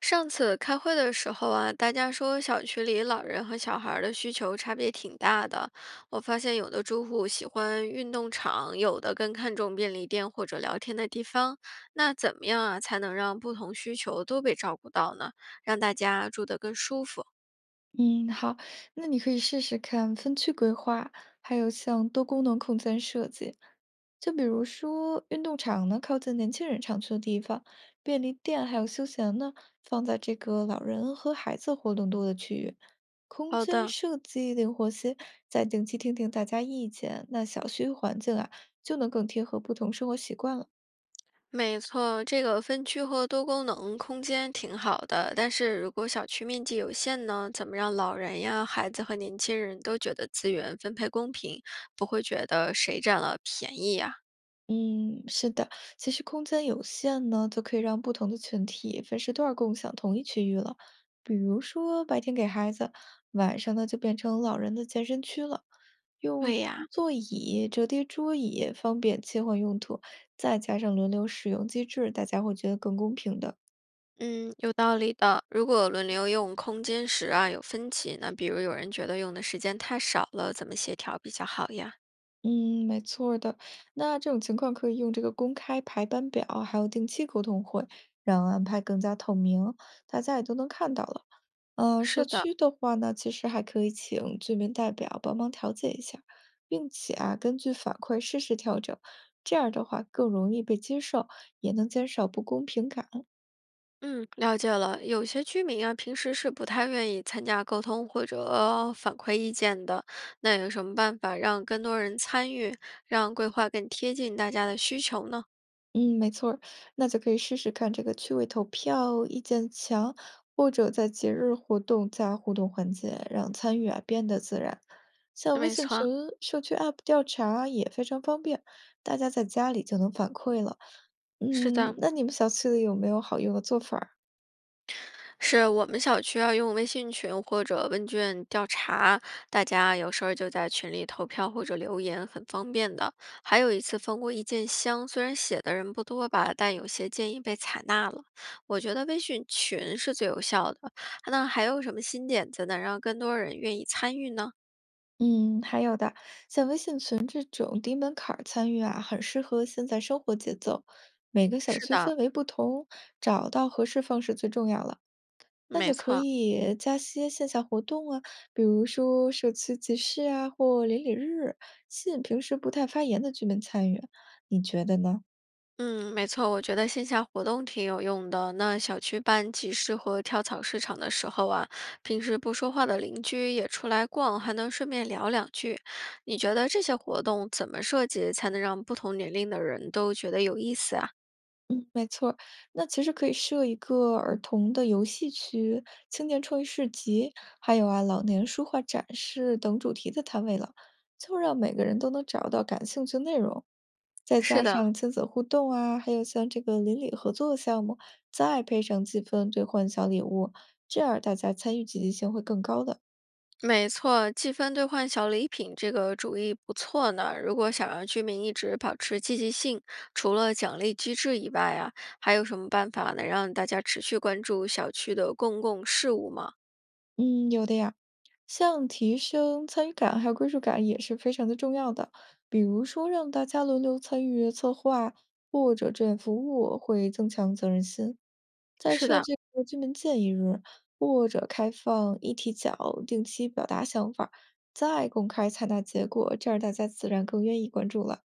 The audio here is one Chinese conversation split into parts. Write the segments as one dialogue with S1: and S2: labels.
S1: 上次开会的时候啊，大家说小区里老人和小孩儿的需求差别挺大的。我发现有的住户喜欢运动场，有的更看重便利店或者聊天的地方。那怎么样啊，才能让不同需求都被照顾到呢？让大家住得更舒服？
S2: 嗯，好，那你可以试试看分区规划，还有像多功能空间设计。就比如说运动场呢，靠近年轻人常去的地方；便利店还有休闲呢，放在这个老人和孩子活动多的区域。空
S1: 好
S2: 间
S1: 的，
S2: 设计灵活些，再定期听听大家意见，那小区环境啊，就能更贴合不同生活习惯了。
S1: 没错，这个分区和多功能空间挺好的，但是如果小区面积有限呢，怎么让老人呀、孩子和年轻人都觉得资源分配公平，不会觉得谁占了便宜呀？
S2: 嗯，是的，其实空间有限呢，就可以让不同的群体分时段儿共享同一区域了。比如说，白天给孩子，晚上呢就变成老人的健身区了，用
S1: 对呀，
S2: 座椅、折叠桌椅方便切换用途，再加上轮流使用机制，大家会觉得更公平的。
S1: 嗯，有道理的。如果轮流用空间时啊有分歧，那比如有人觉得用的时间太少了，怎么协调比较好呀？
S2: 嗯，没错儿的。那这种情况可以用这个公开排班表，还有定期沟通会，让安排更加透明，大家也都能看到了。社
S1: 是的。
S2: 区的话呢，其实还可以请居民代表帮忙调解一下，并且啊，根据反馈适时调整。这样的话更容易被接受，也能减少不公平感。
S1: 嗯，了解了。有些居民啊，平时是不太愿意参加沟通或者反馈意见的。那有什么办法让更多人参与，让规划更贴近大家的需求呢？
S2: 嗯，没错儿，那就可以试试看这个趣味投票、意见墙，或者在节日活动加互动环节，让参与啊变得自然。像微
S1: 没
S2: 信
S1: 错啊，
S2: 群、社区 App 调查也非常方便，大家在家里就能反馈了。
S1: 是
S2: 嗯，
S1: 的，
S2: 那你们小区里有没有好用的做法儿？
S1: 是我们小区要用微信群或者问卷调查，大家有事候就在群里投票或者留言，很方便的。还有一次封过意见箱，虽然写的人不多吧，但有些建议被采纳了。我觉得微信群是最有效的。那还有什么新点子能让更多人愿意参与呢？
S2: 嗯，还有的，像微信群这种低门槛儿参与啊，很适合现在生活节奏。每个小
S1: 是
S2: 区
S1: 的，
S2: 氛围不同，找到合适方式最重要了。那
S1: 没
S2: 就可
S1: 错。
S2: 以加些线下活动啊，比如说社区集市啊，或邻里日，吸引平时不太发言的居民参与啊。你觉得呢？
S1: 嗯，没错，我觉得线下活动挺有用的。那小区办集市和跳蚤市场的时候啊，平时不说话的邻居也出来逛，还能顺便聊两句。你觉得这些活动怎么设计才能让不同年龄的人都觉得有意思啊？
S2: 那其实可以设一个儿童的游戏区、青年创意市集，还有啊老年书画展示等主题的摊位了，就让每个人都能找到感兴趣的内容。再加
S1: 是的，
S2: 上亲子互动啊，还有像这个邻里合作项目，再配上积分兑换小礼物，这样大家参与积极性会更高的。
S1: 没错，积分兑换小礼品这个主意不错呢。如果想让居民一直保持积极性，除了奖励机制以外啊，还有什么办法能让大家持续关注小区的公共事务吗？
S2: 嗯，有的呀。像提升参与感还有归属感也是非常的重要的。比如说，让大家轮流参与策划或者志愿服务，会增强责任心。再
S1: 是
S2: 设
S1: 的，
S2: 这个居民建议日，或者开放议题角，定期表达想法儿再公开采纳结果，这样大家自然更愿意关注了。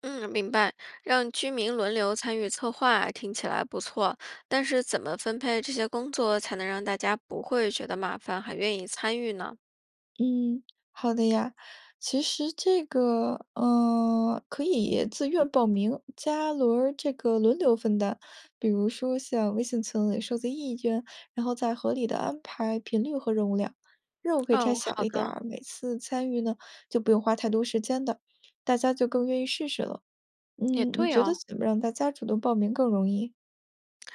S1: 嗯，明白。让居民轮流参与策划，听起来不错。但是怎么分配这些工作，才能让大家不会觉得麻烦，还愿意参与呢？
S2: 嗯，好的呀。其实这个，可以自愿报名，加轮儿这个轮流分担。比如说像微信群里收集意见，然后再合理的安排频率和任务量。任务可以拆
S1: 哦，
S2: 小
S1: 好
S2: 一点
S1: 的，
S2: 儿，每次参与呢就不用花太多时间的，大家就更愿意试试了。
S1: 也
S2: 嗯，你
S1: 对
S2: 觉得
S1: 哦。
S2: 怎么让大家主动报名更容易？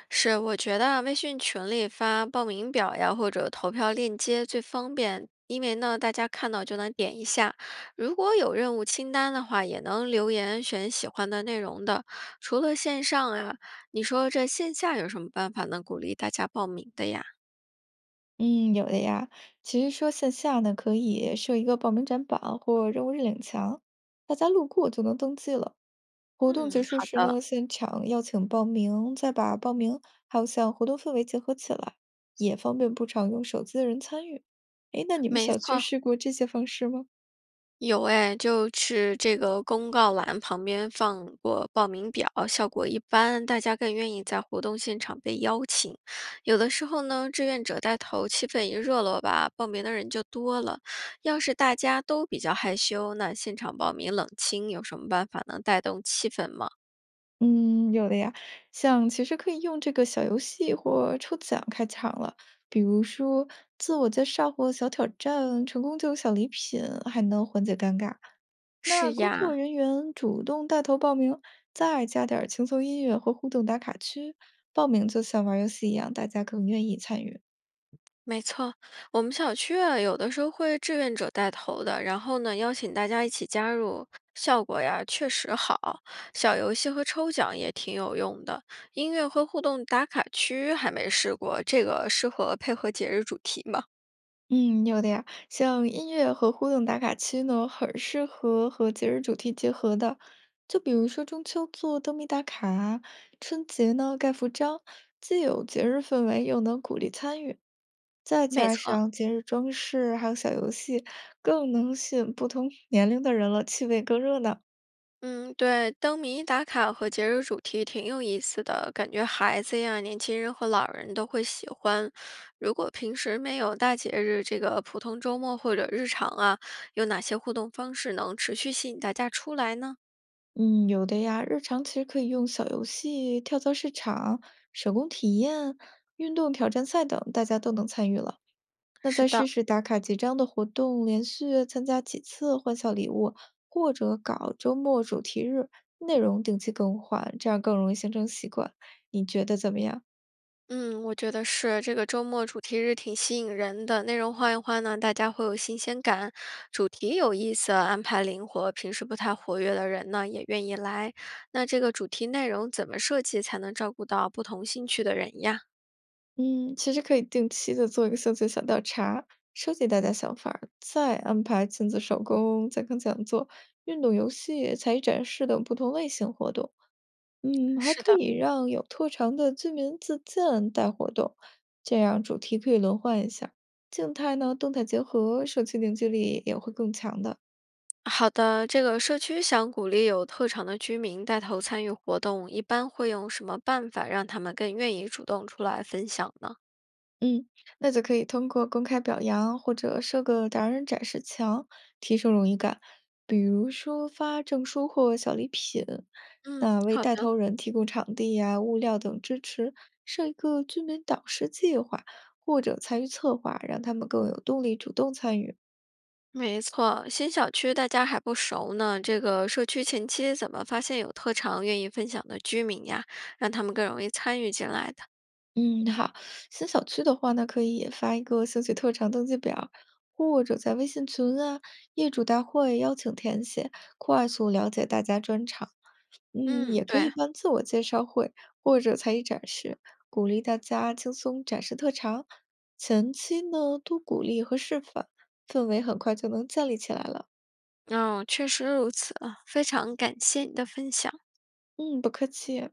S1: 是，我觉得啊微信群里发报名表呀，或者投票链接最方便，因为呢，大家看到就能点一下。如果有任务清单的话，也能留言选喜欢的内容的。除了线上啊，你说这线下有什么办法能鼓励大家报名的呀？
S2: 嗯，有的呀。其实说线下呢，可以设一个报名展板或任务日领墙，大家路过就能登记了。活动
S1: 嗯，
S2: 结
S1: 好
S2: 束时
S1: 的，
S2: 呢，现场邀请报名，再把报名还有像活动氛围结合起来，也方便不常用手机的人参与。诶，那你们
S1: 没
S2: 小区
S1: 错，
S2: 试过这些方式吗？
S1: 有哎，就是这个公告栏旁边放过报名表，效果一般，大家更愿意在活动现场被邀请。有的时候呢，志愿者带头，气氛一热络吧，报名的人就多了。要是大家都比较害羞，那现场报名冷清，有什么办法能带动气氛吗？
S2: 嗯，有的呀。像其实可以用这个小游戏或抽奖开场了，比如说自我介绍或小挑战，成功就有小礼品，还能缓解尴尬。那
S1: 是
S2: 工作
S1: 呀，
S2: 人员主动带头报名，再加点儿轻松音乐和互动打卡区，报名就像玩儿游戏一样，大家更愿意参与。
S1: 没错，我们小区啊，有的时候会志愿者带头的，然后呢，邀请大家一起加入，效果呀确实好。小游戏和抽奖也挺有用的，音乐和互动打卡区还没试过，这个适合配合节日主题吗？
S2: 嗯，有的呀，像音乐和互动打卡区呢，很适合和节日主题结合的。就比如说中秋做灯谜打卡，春节呢盖服章，既有节日氛围，又能鼓励参与。再
S1: 没
S2: 加
S1: 错，
S2: 上节日装饰还有小游戏，更能吸引不同年龄的人了，气味更热闹。
S1: 嗯，对，灯谜打卡和节日主题挺有意思的，感觉孩子呀、年轻人和老人都会喜欢。如果平时没有大节日，这个普通周末或者日常啊，有哪些互动方式能持续吸引大家出来呢？
S2: 嗯，有的呀，日常其实可以用小游戏、跳蚤市场、手工体验、运动挑战赛等，大家都能参与了。那
S1: 是
S2: 再试
S1: 的，
S2: 试打卡结账的活动，连续参加几次换小礼物，或者搞周末主题日，内容定期更换，这样更容易形成习惯。你觉得怎么样？
S1: 嗯，我觉得是这个周末主题日挺吸引人的，内容换一换呢，大家会有新鲜感，主题有意思，安排灵活，平时不太活跃的人呢也愿意来。那这个主题内容怎么设计才能照顾到不同兴趣的人呀？
S2: 嗯，其实可以定期的做一个兴趣小调查，收集大家想法儿再安排亲子手工、健康讲座、运动游戏、才艺展示等不同类型活动。嗯，还
S1: 是
S2: 可
S1: 的，
S2: 以让有特长的居民自荐带活动，这样主题可以轮换一下。静态呢，动态结合，社区凝聚力也会更强的。
S1: 好的，这个社区想鼓励有特长的居民带头参与活动，一般会用什么办法让他们更愿意主动出来分享呢？
S2: 嗯，那就可以通过公开表扬或者设个达人展示墙，提升荣誉感。比如说发证书或小礼品，
S1: 嗯，
S2: 那为
S1: 好
S2: 带
S1: 的。
S2: 头人提供场地呀、物料等支持，设一个居民导师计划或者参与策划，让他们更有动力主动参与。
S1: 没错，新小区大家还不熟呢，这个社区前期怎么发现有特长愿意分享的居民呀，让他们更容易参与进来的？
S2: 嗯，好，新小区的话呢，可以发一个兴趣特长登记表，或者在微信群啊、业主大会邀请填写，快速了解大家专长。嗯，
S1: 嗯，
S2: 也可以
S1: 对，
S2: 办自我介绍会或者才艺展示，鼓励大家轻松展示特长。前期呢，多鼓励和示范，氛围很快就能建立起来了。
S1: 嗯，确实如此，非常感谢你的分享。
S2: 嗯，不客气。